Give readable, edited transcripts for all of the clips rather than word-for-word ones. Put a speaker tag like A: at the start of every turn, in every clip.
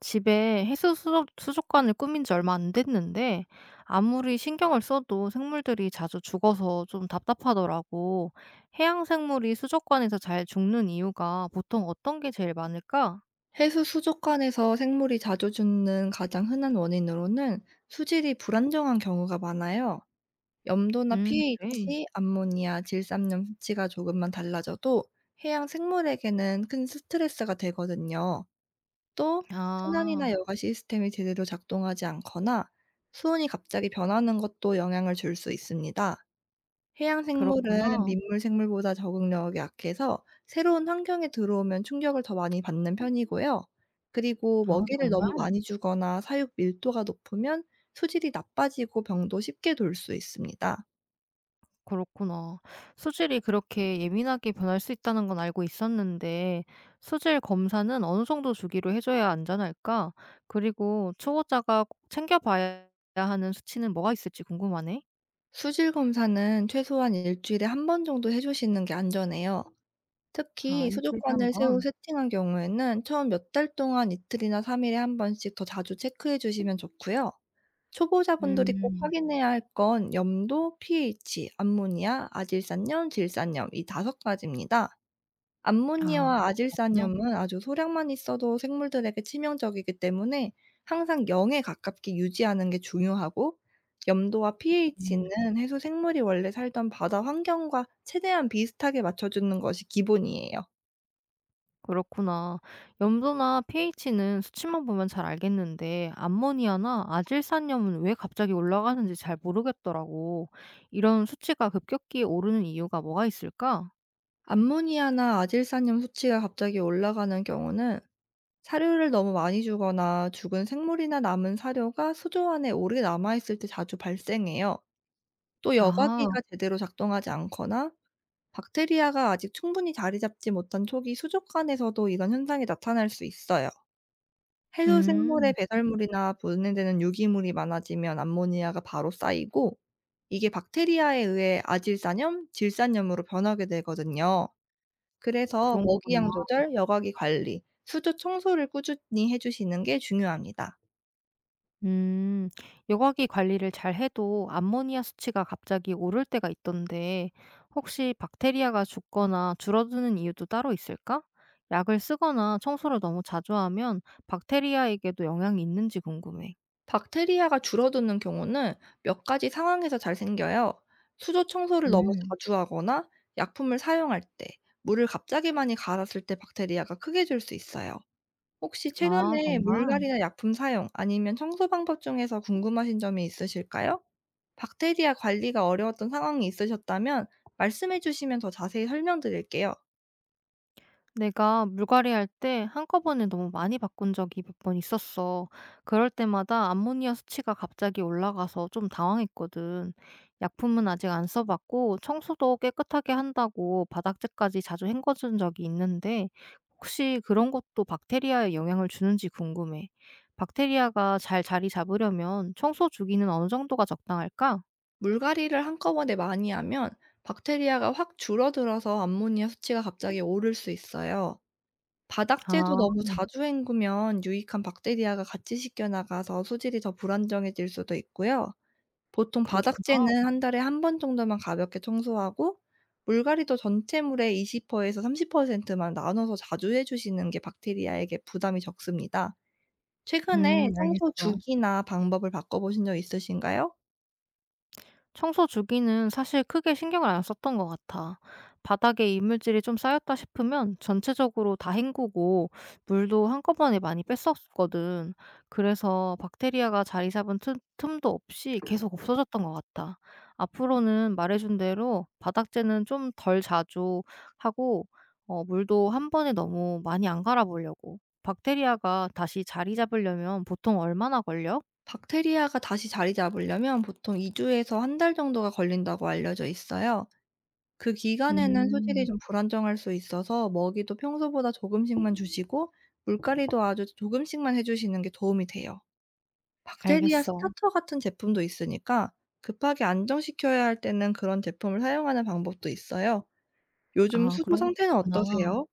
A: 집에 해수 수족관을 꾸민 지 얼마 안 됐는데 아무리 신경을 써도 생물들이 자주 죽어서 좀 답답하더라고. 해양 생물이 수족관에서 잘 죽는 이유가 보통 어떤 게 제일 많을까?
B: 해수 수족관에서 생물이 자주 죽는 가장 흔한 원인으로는 수질이 불안정한 경우가 많아요. 염도나 pH,
A: 그래.
B: 암모니아, 질산염 수치가 조금만 달라져도 해양 생물에게는 큰 스트레스가 되거든요. 또 순환이나
A: 아,
B: 여가 시스템이 제대로 작동하지 않거나 수온이 갑자기 변하는 것도 영향을 줄 수 있습니다. 해양 생물은
A: 그렇구나.
B: 민물 생물보다 적응력이 약해서 새로운 환경에 들어오면 충격을 더 많이 받는 편이고요. 그리고
A: 아,
B: 먹이를
A: 정말?
B: 너무 많이 주거나 사육 밀도가 높으면 수질이 나빠지고 병도 쉽게 돌 수 있습니다.
A: 그렇구나. 수질이 그렇게 예민하게 변할 수 있다는 건 알고 있었는데, 수질 검사는 어느 정도 주기로 해줘야 안전할까? 그리고 초보자가 꼭 챙겨봐야 하는 수치는 뭐가 있을지 궁금하네.
B: 수질 검사는 최소한 일주일에 한 번 정도 해주시는 게 안전해요.
A: 아,
B: 특히
A: 일주일에 한
B: 수dokun을 새로
A: 번?
B: 세팅한 경우에는 처음 몇 달 동안 이틀이나 3 일에 한 번씩 더 자주 체크해 주시면 좋고요. 초보자분들이 꼭
A: 음,
B: 확인해야 할 건 염도, pH, 암모니아, 아질산염, 질산염 이 다섯 가지입니다.
A: 아,
B: 암모니아와
A: 다섯 가지나?
B: 아질산염은 아주 소량만 있어도 생물들에게 치명적이기 때문에 항상 영에 가깝게 유지하는 게 중요하고, 염도와
A: 음,
B: pH는 해수 생물이 원래 살던 바다 환경과 최대한 비슷하게 맞춰 주는 것이 기본이에요.
A: 그렇구나. 염도나 pH는 수치만 보면 잘 알겠는데, 암모니아나 아질산염은 왜 갑자기 올라가는지 잘 모르겠더라고. 이런 수치가 급격히 오르는 이유가 뭐가 있을까?
B: 암모니아나 아질산염 수치가 갑자기 올라가는 경우는 사료를 너무 많이 주거나 죽은 생물이나 남은 사료가 수조 안에 오래 남아있을 때 자주 발생해요. 또
A: 아.
B: 여과기가 제대로 작동하지 않거나 박테리아가 아직 충분히 자리 잡지 못한 초기 수족관에서도 이런 현상이 나타날 수 있어요. 해수
A: 음.
B: 생물의 배설물이나 분해되는 유기물이 많아지면 암모니아가 바로 쌓이고, 이게 박테리아에 의해 아질산염, 질산염으로 변하게 되거든요. 그래서
A: 그런
B: 먹이
A: 거구나.
B: 양 조절, 여과기 관리, 수조 청소를 꾸준히 해 주시는 게 중요합니다.
A: 음. 여과기 관리를 잘 해도 암모니아 수치가 갑자기 오를 때가 있던데 혹시 박테리아가 죽거나 줄어드는 이유도 따로 있을까? 약을 쓰거나 청소를 너무 자주 하면 박테리아에게도 영향이 있는지 궁금해.
B: 박테리아가 줄어드는 경우는 몇 가지 상황에서 잘 생겨요. 수조 청소를 너무
A: 음.
B: 자주 하거나 약품을 사용할 때, 물을 갑자기 많이 갈았을 때 박테리아가 크게 줄 수 있어요. 혹시
A: 아,
B: 최근에
A: 정말?
B: 물갈이나 약품 사용, 아니면 청소 방법 중에서 궁금하신 점이 있으실까요? 박테리아 관리가 어려웠던 상황이 있으셨다면 말씀해 주시면 더 자세히 설명드릴게요.
A: 내가 물갈이할 때 한꺼번에 너무 많이 바꾼 적이 몇 번 있었어. 그럴 때마다 암모니아 수치가 갑자기 올라가서 좀 당황했거든. 약품은 아직 안 써봤고 청소도 깨끗하게 한다고 바닥재까지 자주 헹궈준 적이 있는데 혹시 그런 것도 박테리아에 영향을 주는지 궁금해. 박테리아가 잘 자리 잡으려면 청소 주기는 어느 정도가 적당할까?
B: 물갈이를 한꺼번에 많이 하면 박테리아가 확 줄어들어서 암모니아 수치가 갑자기 오를 수 있어요. 바닥재도
A: 아,
B: 너무 자주 헹구면 유익한 박테리아가 같이 씻겨 나가서 소질이 더 불안정해질 수도 있고요. 보통
A: 그렇구나.
B: 바닥재는 한 달에 한 번 정도만 가볍게 청소하고, 물갈이도 전체 물의 20% 에서 30%만 나눠서 자주 해 주시는 게 박테리아에게 부담이 적습니다. 최근에 청소
A: 알겠어.
B: 주기나 방법을 바꿔 보신 적 있으신가요?
A: 청소 주기는 사실 크게 신경을 안 썼던 것 같아. 바닥에 이물질이 좀 쌓였다 싶으면 전체적으로 다 헹구고 물도 한꺼번에 많이 뺐었거든. 그래서 박테리아가 자리 잡은 틈, 도 없이 계속 없어졌던 것 같아. 앞으로는 말해준 대로 바닥재는 좀 덜 자주 하고 어, 물도 한 번에 너무 많이 안 갈아보려고. 박테리아가 다시 자리 잡으려면 보통 얼마나 걸려?
B: 박테리아가 다시 자리 잡으려면 보통 2 주에서 한 달 정도가 걸린다고 알려져 있어요. 그 기간에는
A: 음,
B: 소질이 좀 불안정할 수 있어서 먹이도 평소보다 조금씩만 주시고, 물갈이도 아주 조금씩만 해 주시는 게 도움이 돼요. 박테리아
A: 알겠어.
B: 스타터 같은 제품도 있으니까 급하게 안정시켜야 할 때는 그런 제품을 사용하는 방법도 있어요. 요즘
A: 아,
B: 수조
A: 그런 것도
B: 상태는
A: 있구나.
B: 어떠세요?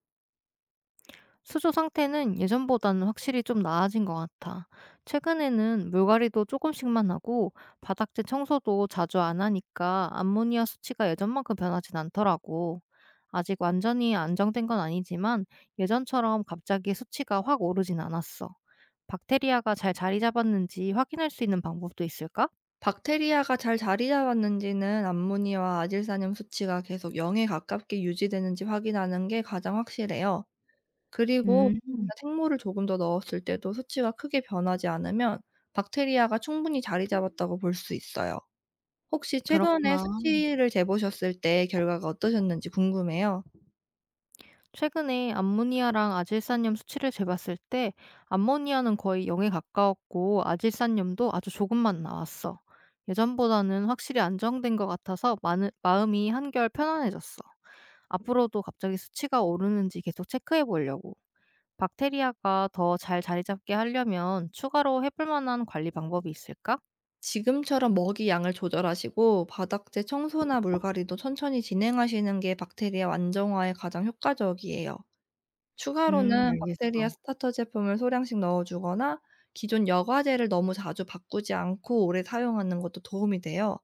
A: 수조 상태는 예전보다는 확실히 좀 나아진 것 같아. 최근에는 물갈이도 조금씩만 하고 바닥재 청소도 자주 안 하니까 암모니아 수치가 예전만큼 변하진 않더라고. 아직 완전히 안정된 건 아니지만 예전처럼 갑자기 수치가 확 오르진 않았어. 박테리아가 잘 자리 잡았는지 확인할 수 있는 방법도 있을까?
B: 박테리아가 잘 자리 잡았는지는 암모니와 아질산염 수치가 계속 0에 가깝게 유지되는지 확인하는 게 가장 확실해요. 그리고
A: 음,
B: 생물을 조금 더 넣었을 때도 수치가 크게 변하지 않으면 박테리아가 충분히 자리 잡았다고 볼 수 있어요. 혹시 최근에
A: 그렇구나.
B: 수치를 재보셨을 때 결과가 어떠셨는지 궁금해요.
A: 최근에 암모니아랑 아질산염 수치를 재봤을 때 암모니아는 거의 0에 가까웠고 아질산염도 아주 조금만 나왔어. 예전보다는 확실히 안정된 것 같아서 마음이 한결 편안해졌어. 앞으로도 갑자기 수치가 오르는지 계속 체크해 보려고. 박테리아가 더 잘 자리 잡게 하려면 추가로 해볼 만한 관리 방법이 있을까?
B: 지금처럼 먹이 양을 조절하시고 바닥재 청소나 물갈이도 천천히 진행하시는 게 박테리아 안정화에 가장 효과적이에요. 추가로는 박테리아
A: 알겠어.
B: 스타터 제품을 소량씩 넣어 주거나 기존 여과제를 너무 자주 바꾸지 않고 오래 사용하는 것도 도움이 돼요.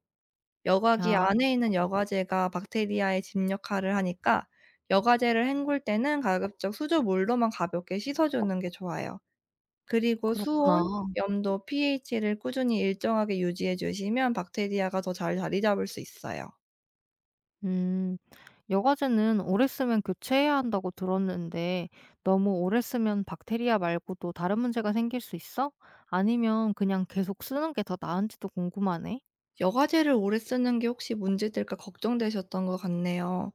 B: 여과기
A: 아,
B: 안에 있는 여과제가 박테리아의 집 역할을 하니까 여과제를 헹굴 때는 가급적 수조물로만 가볍게 씻어 주는 게 좋아요. 그리고
A: 그렇구나.
B: 수온, 염도, pH를 꾸준히 일정하게 유지해 주시면 박테리아가 더 잘 자리 잡을 수 있어요.
A: 음, 여과제는 오래 쓰면 교체해야 한다고 들었는데 너무 오래 쓰면 박테리아 말고도 다른 문제가 생길 수 있어? 아니면 그냥 계속 쓰는 게 더 나은지도 궁금하네.
B: 여과제를 오래 쓰는 게 혹시 문제될까 걱정되셨던 것 같네요.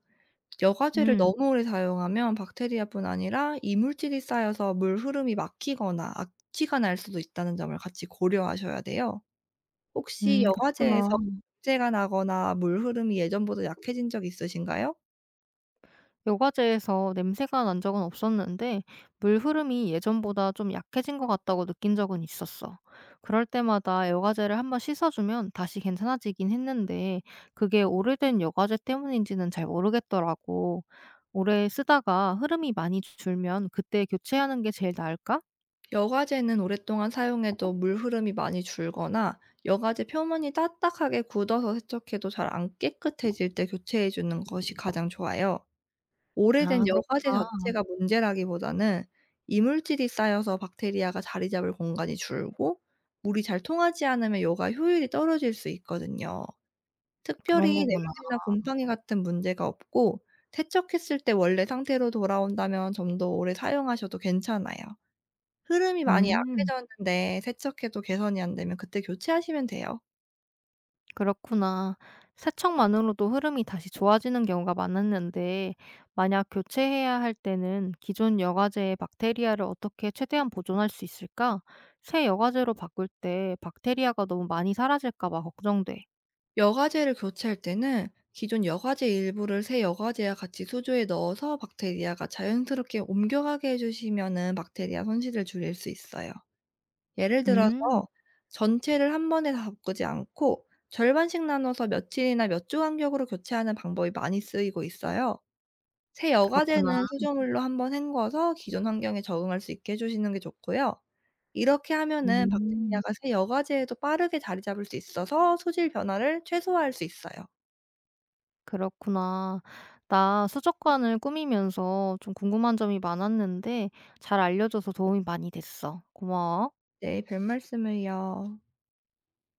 B: 여과제를
A: 음,
B: 너무 오래 사용하면 박테리아뿐 아니라 이물질이 쌓여서 물 흐름이 막히거나 악취가 날 수도 있다는 점을 같이 고려하셔야 돼요. 혹시 여과제에서
A: 그렇구나.
B: 문제가 나거나 물 흐름이 예전보다 약해진 적 있으신가요?
A: 여과제에서 냄새가 난 적은 없었는데 물 흐름이 예전보다 좀 약해진 것 같다고 느낀 적은 있었어. 그럴 때마다 여과제를 한번 씻어주면 다시 괜찮아지긴 했는데 그게 오래된 여과제 때문인지는 잘 모르겠더라고. 오래 쓰다가 흐름이 많이 줄면 그때 교체하는 게 제일 나을까?
B: 여과제는 오랫동안 사용해도 물 흐름이 많이 줄거나 여과제 표면이 딱딱하게 굳어서 세척해도 잘 안 깨끗해질 때 교체해 주는 것이 가장 좋아요.
A: 아,
B: 오래된 여과제
A: 그렇구나.
B: 자체가 문제라기보다는 이물질이 쌓여서 박테리아가 자리 잡을 공간이 줄고 물이 잘 통하지 않으면 여과 효율이 떨어질 수 있거든요. 특별히
A: 그런 거구나.
B: 냄새나 곰팡이 같은 문제가 없고 세척했을 때 원래 상태로 돌아온다면 좀 더 오래 사용하셔도 괜찮아요. 흐름이 많이
A: 음.
B: 약해졌는데 세척해도 개선이 안 되면 그때 교체하시면 돼요.
A: 그렇구나. 세척만으로도 흐름이 다시 좋아지는 경우가 많았는데, 만약 교체해야 할 때는 기존 여과제의 박테리아를 어떻게 최대한 보존할 수 있을까? 새 여과제로 바꿀 때 박테리아가 너무 많이 사라질까 봐 걱정돼.
B: 여과제를 교체할 때는 기존 여과제 일부를 새 여과제와 같이 수조에 넣어서 박테리아가 자연스럽게 옮겨가게 해주시면은 박테리아 손실을 줄일 수 있어요. 예를 들어서
A: 음,
B: 전체를 한 번에 다 바꾸지 않고 절반씩 나눠서 며칠이나 몇 주 간격으로 교체하는 방법이 많이 쓰이고 있어요. 새
A: 그렇구나.
B: 여과제는 수조물로 한번 헹궈서 기존 환경에 적응할 수 있게 해 주시는 게 좋고요. 이렇게 하면은
A: 음,
B: 박테리아가 새 여과제에도 빠르게 자리 잡을 수 있어서 소질 변화를 최소화할 수 있어요.
A: 그렇구나. 나 수족관을 꾸미면서 좀 궁금한 점이 많았는데, 잘 알려줘서 도움이 많이 됐어. 고마워.
B: 네, 별말씀을요.